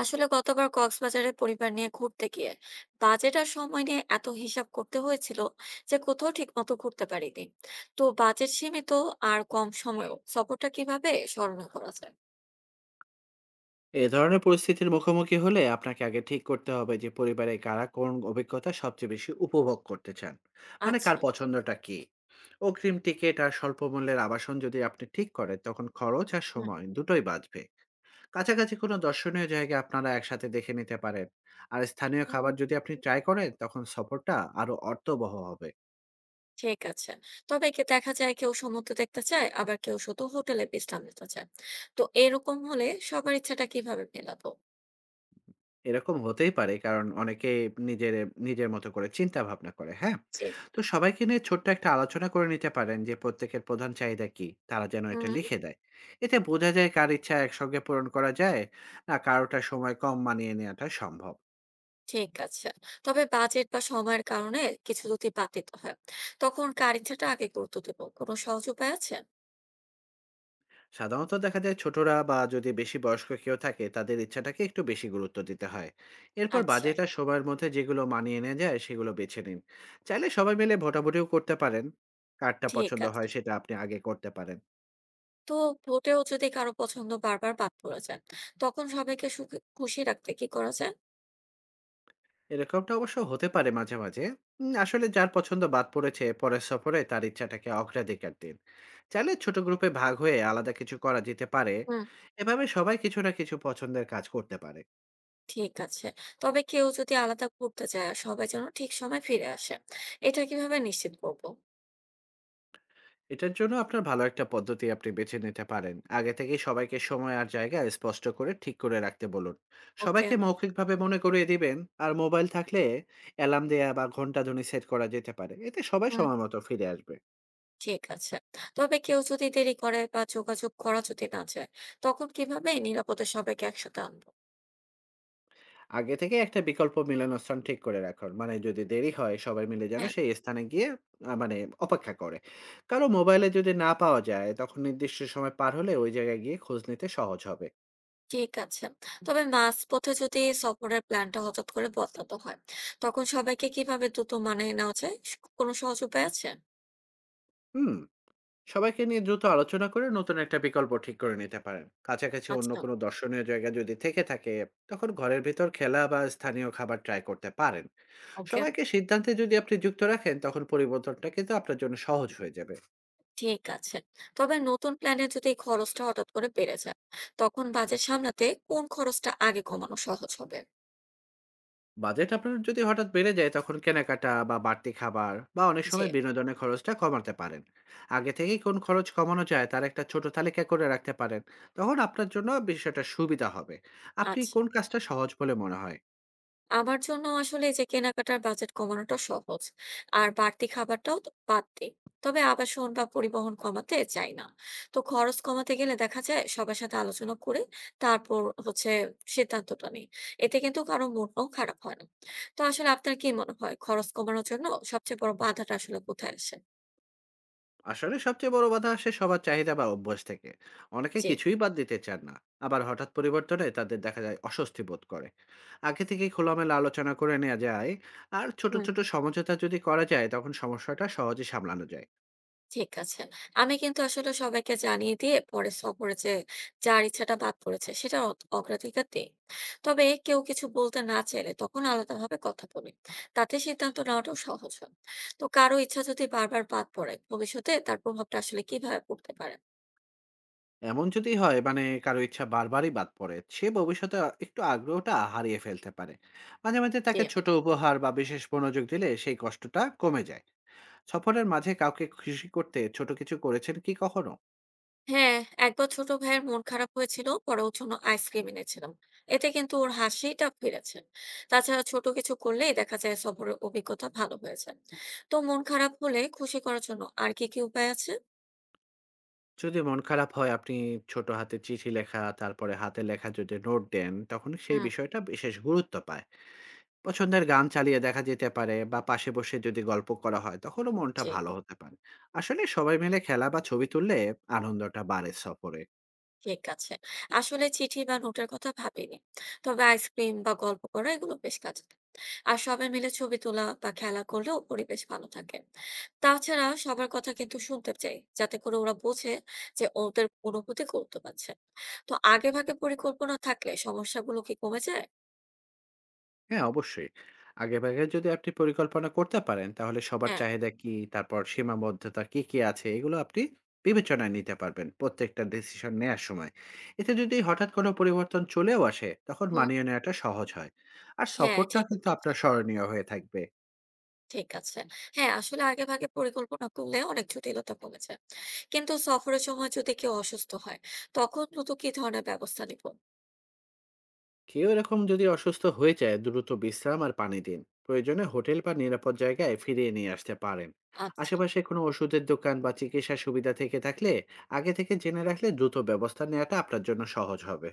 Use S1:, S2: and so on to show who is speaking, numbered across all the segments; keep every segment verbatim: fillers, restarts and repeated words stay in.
S1: আসলে গতবার কক্সবাজারে পরিবার নিয়ে ঘুরতে গিয়ে বাজেট আর সময় নিয়ে এত হিসাব করতে হয়েছিল যে কোথাও ঠিক মতো ঘুরতে পারিনি। তো বাজেট সীমিত আর কম সময়ও সফরটা কিভাবে স্মরণ করা যায়?
S2: এ ধরনের পরিস্থিতির মুখোমুখি হলে আপনাকে আগে ঠিক করতে হবে যে পরিবারে কারা কোন অভিজ্ঞতা সবচেয়ে বেশি উপভোগ করতে চান। মানে কার
S1: আচ্ছা।
S2: পছন্দটা কি? অগ্রিম টিকিট আর স্বল্প মূল্যের আবাসন যদি আপনি ঠিক করেন তখন খরচ আর
S1: হুম,
S2: সময় দুটোই বাঁচবে। কাছাকাছি কোনো দর্শনীয় জায়গা আপনারা একসাথে দেখে নিতে পারেন। আর স্থানীয়
S1: হুম,
S2: খাবার যদি আপনি ট্রাই করেন তখন সফরটা আরো অর্থবহ হবে।
S1: ঠিক আছে। তবে একে দেখা যায় কেউ সমুদ্র দেখতে চায় আবার কেউ শুধু হোটেলে বিশ্রাম নিতে চায়। তো এরকম হলে সবার ইচ্ছাটা কিভাবে মেলাবো?
S2: এরকম হতেই পারে, কারণ অনেকে নিজের নিজের মতো করে চিন্তা ভাবনা করে, হ্যাঁ।
S1: জি।
S2: তো সবাইকে নিয়ে ছোট্ট একটা আলোচনা করে নিতে পারেন যে প্রত্যেকের প্রধান চাহিদা কি, তারা যেন এটা
S1: হুম।
S2: লিখে দেয়। এতে বোঝা যায় কার ইচ্ছা একসঙ্গে পূরণ করা যায়, না কারোটা সময় কম মানিয়ে নেওয়াটা সম্ভব।
S1: ঠিক আছে। তবে বাজেট বা সময়ের কারণে কিছু যদি বাতিল হয়, তখন কার ইচ্ছাটা আগে গুরুত্ব দেব? কোনো সহজ উপায় আছে?
S2: সাধারণত দেখা যায় ছোটরা বা যদি বেশি বয়স্ক কেউ থাকে তাদের ইচ্ছাটাকে একটু বেশি গুরুত্ব দিতে হয়। এরপর
S1: আচ্ছা।
S2: বাজেটা সময়ের মধ্যে যেগুলো মানিয়ে নেওয়া যায় সেগুলো বেছে নিন। চাইলে সবাই মিলে ভোটাভুটিও করতে পারেন। কারটা
S1: ঠিক
S2: পছন্দ
S1: আছে।
S2: হয় সেটা আপনি আগে করতে পারেন।
S1: তো ভোটেও যদি কারো পছন্দ বারবার বাদ পড়ে যায়, তখন সবাইকে সুখে খুশি রাখতে কি করা যায়?
S2: এরকমটা অবশ্য হতে পারে মাঝে মাঝে। উম, আসলে যার পছন্দ বাদ পড়েছে পরের সফরে তার ইচ্ছাটাকে অগ্রাধিকার দিন। চাইলে ছোট গ্রুপে ভাগ হয়ে আলাদা কিছু করা যেতে পারে।
S1: হুম।
S2: এভাবে সবাই কিছু না কিছু পছন্দের কাজ করতে পারে।
S1: ঠিক আছে। তবে কেউ যদি আলাদা ঘুরতে চায়, সবাই যেন ঠিক সময় ফিরে আসে। এটা কিভাবে নিশ্চিত করব?
S2: এটার জন্য আপনার ভালো একটা পদ্ধতি আপনি বেছে নিতে পারেন, আগে থেকেই সবাইকে সময় আর জায়গা স্পষ্ট করে ঠিক করে রাখতে বলুন।
S1: ওকে।
S2: সবাইকে মৌখিকভাবে মনে করিয়ে দিবেন। আর মোবাইল থাকলে অ্যালার্ম দেয়া বা ঘন্টা ধ্বনি সেট করা যেতে পারে, এতে সবাই
S1: হুম।
S2: সময় মতো ফিরে আসবে।
S1: ঠিক আছে। তবে কেউ যদি দেরি করে বা যোগাযোগ করা যদি না চায়, তখন কিভাবে নিরাপদে সবাইকে একসাথে আনবো?
S2: আগে থেকে একটা বিকল্প মিলনস্থান ঠিক করে রাখুন। মানে যদি দেরি হয় সবাই মিলে যেন
S1: হ্যাঁ।
S2: সেই স্থানে গিয়ে আ মানে অপেক্ষা করে। কারো মোবাইলে যদি না পাওয়া যায় তখন নির্দিষ্ট সময় পার হলে ওই জায়গায় গিয়ে খোঁজ নিতে সহজ হবে।
S1: ঠিক আছে। তবে মাঝপথে যদি সফরের প্ল্যানটা হঠাৎ করে বদলাতে হয়, তখন সবাইকে কিভাবে দ্রুত মানিয়ে নেওয়া যায়? স কোনো সহজ উপায় আছে?
S2: হুম। সবাইকে নিয়ে দ্রুত আলোচনা করে নতুন একটা বিকল্প ঠিক করে নিতে পারেন। কাছাকাছি অন্য
S1: আচ্ছা,
S2: কোনো দর্শনীয় জায়গা যদি থেকে থাকে তখন ঘরের ভিতর খেলা বা স্থানীয় খাবার ট্রাই করতে পারেন।
S1: ওকে।
S2: সবাইকে সিদ্ধান্তে যদি আপনি যুক্ত রাখেন তখন পরিবর্তনটা কিন্তু আপনার জন্য সহজ হয়ে যাবে।
S1: ঠিক আছে। তবে নতুন প্ল্যানে যদি এই খরচটা হঠাৎ করে বেড়ে যায়, তখন বাজেট সামলাতে কোন খরচটা আগে কমানো সহজ হবে?
S2: বাজেট আপনার যদি হঠাৎ বেড়ে যায় তখন কেনাকাটা বা বাড়তি খাবার বা অনেক
S1: জি,
S2: সময় বিনোদনের খরচটা কমাতে পারেন। আগে থেকে কোন খরচ কমানো যায় তার একটা ছোট তালিকা করে রাখতে পারেন, তখন আপনার জন্য বিষয়টা সুবিধা হবে। আপনি
S1: আচ্ছা।
S2: কোন কাজটা সহজ বলে মনে হয়?
S1: আমার জন্য আসলে এই যে কেনাকাটার বাজেট কমানোটা সহজ, আর বাড়তি খাবারটাও তো বাদ দিই। তবে আবাসন বা পরিবহন কমাতে চাই না। তো খরচ কমাতে গেলে দেখা যায় সবার সাথে আলোচনা করে তারপর হচ্ছে সিদ্ধান্তটা নিই। এতে কিন্তু কারো মনও খারাপ হয় না। তো আসলে আপনার কি মনে হয়, খরচ কমানোর জন্য সবচেয়ে বড় বাধাটা আসলে কোথায় আসে?
S2: আসলে সবচেয়ে বড় বাধা আসে সবার চাহিদা বা অভ্যাস থেকে। অনেকে
S1: যে
S2: কিছুই বাদ দিতে চান না। আবার হঠাৎ পরিবর্তনে তাদের দেখা যায় অস্বস্তি বোধ করে। আগে থেকে খোলামেলা আলোচনা করে নেওয়া যায়, আর ছোট
S1: হুম।
S2: ছোট সমঝোতা যদি করা যায় তখন সমস্যাটা সহজে সামলানো যায়।
S1: ঠিক আছে। আমি কিন্তু আসলে সবাইকে জানিয়ে দিয়ে পরে সফরে যে যার ইচ্ছাটা বাদ পড়েছে সেটার অত অগ্রাধিকার দেই। তবে কেউ কিছু বলতে না চাইলে তখন আলাদাভাবে কথা বলি। তাতে সিদ্ধান্ত নেওয়াটাও সহজ হয়। তো কারো ইচ্ছা যদি বারবার বাদ পড়ে, ভবিষ্যতে তার প্রভাবটা আসলে কিভাবে পড়তে পারে?
S2: এমন যদি হয়, মানে কারো ইচ্ছা বারবারই বাদ পড়ে, সে ভবিষ্যতে একটু আগ্রহটা হারিয়ে ফেলতে পারে। মাঝে মাঝে
S1: জি।
S2: তাকে ছোট উপহার বা বিশেষ মনোযোগ দিলে সেই কষ্টটা কমে যায়। সফরের মাঝে কাউকে খুশি করতে ছোট কিছু করেছেন কি কখনো?
S1: হ্যাঁ, একবার ছোট ভাইয়ের মন খারাপ হয়েছিল, পরে ওর জন্য আইসক্রিম এনেছিলাম। এতে কিন্তু ওর হাসিটা ফিরেছে। তাছাড়া ছোট কিছু করলেই দেখা যায় সফরের অভিজ্ঞতা ভালো হয়েছে। তো মন খারাপ হলে খুশি করার জন্য আর কি কি উপায় আছে?
S2: যদি মন খারাপ হয় আপনি ছোট হাতে চিঠি লেখা, তারপরে হাতে লেখা যদি নোট দেন তখন সেই
S1: হুম।
S2: বিষয়টা বিশেষ গুরুত্ব পায়। পছন্দের গান চালিয়ে দেখা যেতে পারে, বা পাশে বসে যদি গল্প করা হয় তখনও মনটা
S1: জি।
S2: ভালো হতে পারে। আসলে সবাই মিলে খেলা বা ছবি তুললে আনন্দটা বাড়ে সফরে।
S1: ঠিক আছে। আসলে চিঠি বা নোটের কথা ভাবিনি। তবে আইসক্রিম বা গল্প করা এগুলো বেশ কাজে দেয়। আর সবাই মিলে ছবি তোলা বা খেলা করলেও পরিবেশ ভালো থাকে। তাছাড়া সবার কথা কিন্তু শুনতে চাই, যাতে করে ওরা বোঝে যে ওদের অনুভূতি গুরুত্ব পাচ্ছে। তো আগেভাগে পরিকল্পনা থাকলে সমস্যাগুলো কি কমে যায়?
S2: হ্যাঁ, অবশ্যই। আগেভাগে যদি আপনি পরিকল্পনা করতে পারেন, তাহলে সবার
S1: হ্যাঁ।
S2: চাহিদা কি, তারপর সীমাবদ্ধতা কি কি আছে, এগুলো আপনি বিবেচনায় নিতে পারবেন প্রত্যেকটা ডিসিশন নেয়ার সময়। এতে যদি হঠাৎ কোনো পরিবর্তন চলেও আসে, তখন মানিয়ে
S1: হুম।
S2: নেওয়াটা সহজ হয়। আর
S1: হ্যাঁ,
S2: সফরটা
S1: ঠিক
S2: কিন্তু আপনার
S1: বলেছেন।
S2: স্মরণীয় হয়ে থাকবে।
S1: ঠিক আছে। হ্যাঁ, আসলে আগেভাগে পরিকল্পনা করলে অনেক জটিলতা কমে যায়। কিন্তু সফরের সময় যদি কেউ অসুস্থ হয়, তখন দ্রুত কি ধরনের ব্যবস্থা নিব?
S2: কেউ এরকম যদি অসুস্থ হয়ে যায় দ্রুত বিশ্রাম আর পানি দিন। প্রয়োজনে হোটেল বা নিরাপদ জায়গায় ফিরিয়ে নিয়ে আসতে পারেন।
S1: আচ্ছা,
S2: আশেপাশে কোনো ওষুধের দোকান বা চিকিৎসা সুবিধা থেকে থাকলে আগে থেকে জেনে রাখলে দ্রুত ব্যবস্থা নেওয়াটা আপনার জন্য সহজ হবে।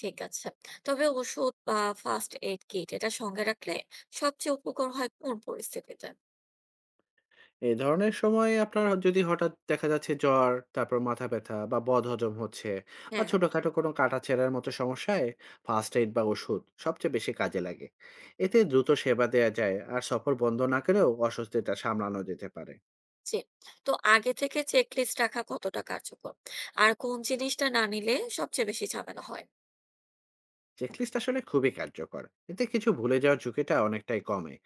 S1: ঠিক আছে। তবে ওষুধ বা ফার্স্ট এইড কিট এটা সঙ্গে রাখলে সবচেয়ে উপকার হয় কোন পরিস্থিতিতে?
S2: এই ধরনের সময় আপনার যদি হঠাৎ দেখা যাচ্ছে জ্বর, তারপর মাথা ব্যথা বা বদহজম হচ্ছে, বা
S1: হ্যাঁ,
S2: ছোটখাটো কোনো কাটা ছেঁড়ার মতো সমস্যায় ফার্স্ট এইড বা ওষুধ সবচেয়ে বেশি কাজে লাগে। এতে দ্রুত সেবা দেওয়া যায় আর সফর বন্ধ না করেও অসুস্থতা সামলানো যেতে পারে।
S1: জি। তো আগে থেকে চেক লিস্ট রাখা কতটা কার্যকর? আর কোন জিনিসটা না নিলে সবচেয়ে বেশি ঝামেলা হয়?
S2: চেকলিস্ট আসলে খুবই কার্যকর। এতে কিছু ভুলে যাওয়ার ঝুঁকিটা অনেকটাই কমে।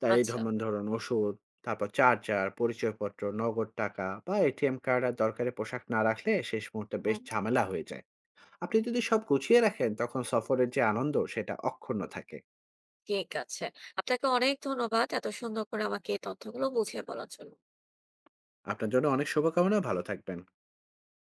S2: তাই এই
S1: আচ্ছা।
S2: ধরুন ধরুন ওষুধ, তারপর চার্জার, পরিচয়পত্র, নগদ টাকা বা এটিএম কার্ড আর দরকারি পোশাক না রাখলে শেষ মুহূর্তে বেশ
S1: হুম,
S2: ঝামেলা হয়ে যায়। আপনি যদি সব গুছিয়ে রাখেন তখন সফরের যে আনন্দ সেটা অক্ষুণ্ণ থাকে।
S1: ঠিক আছে। আপনাকে অনেক ধন্যবাদ এত সুন্দর করে আমাকে এই তথ্যগুলো বুঝিয়ে বলার জন্য।
S2: আপনার জন্য অনেক শুভকামনা, ভালো থাকবেন।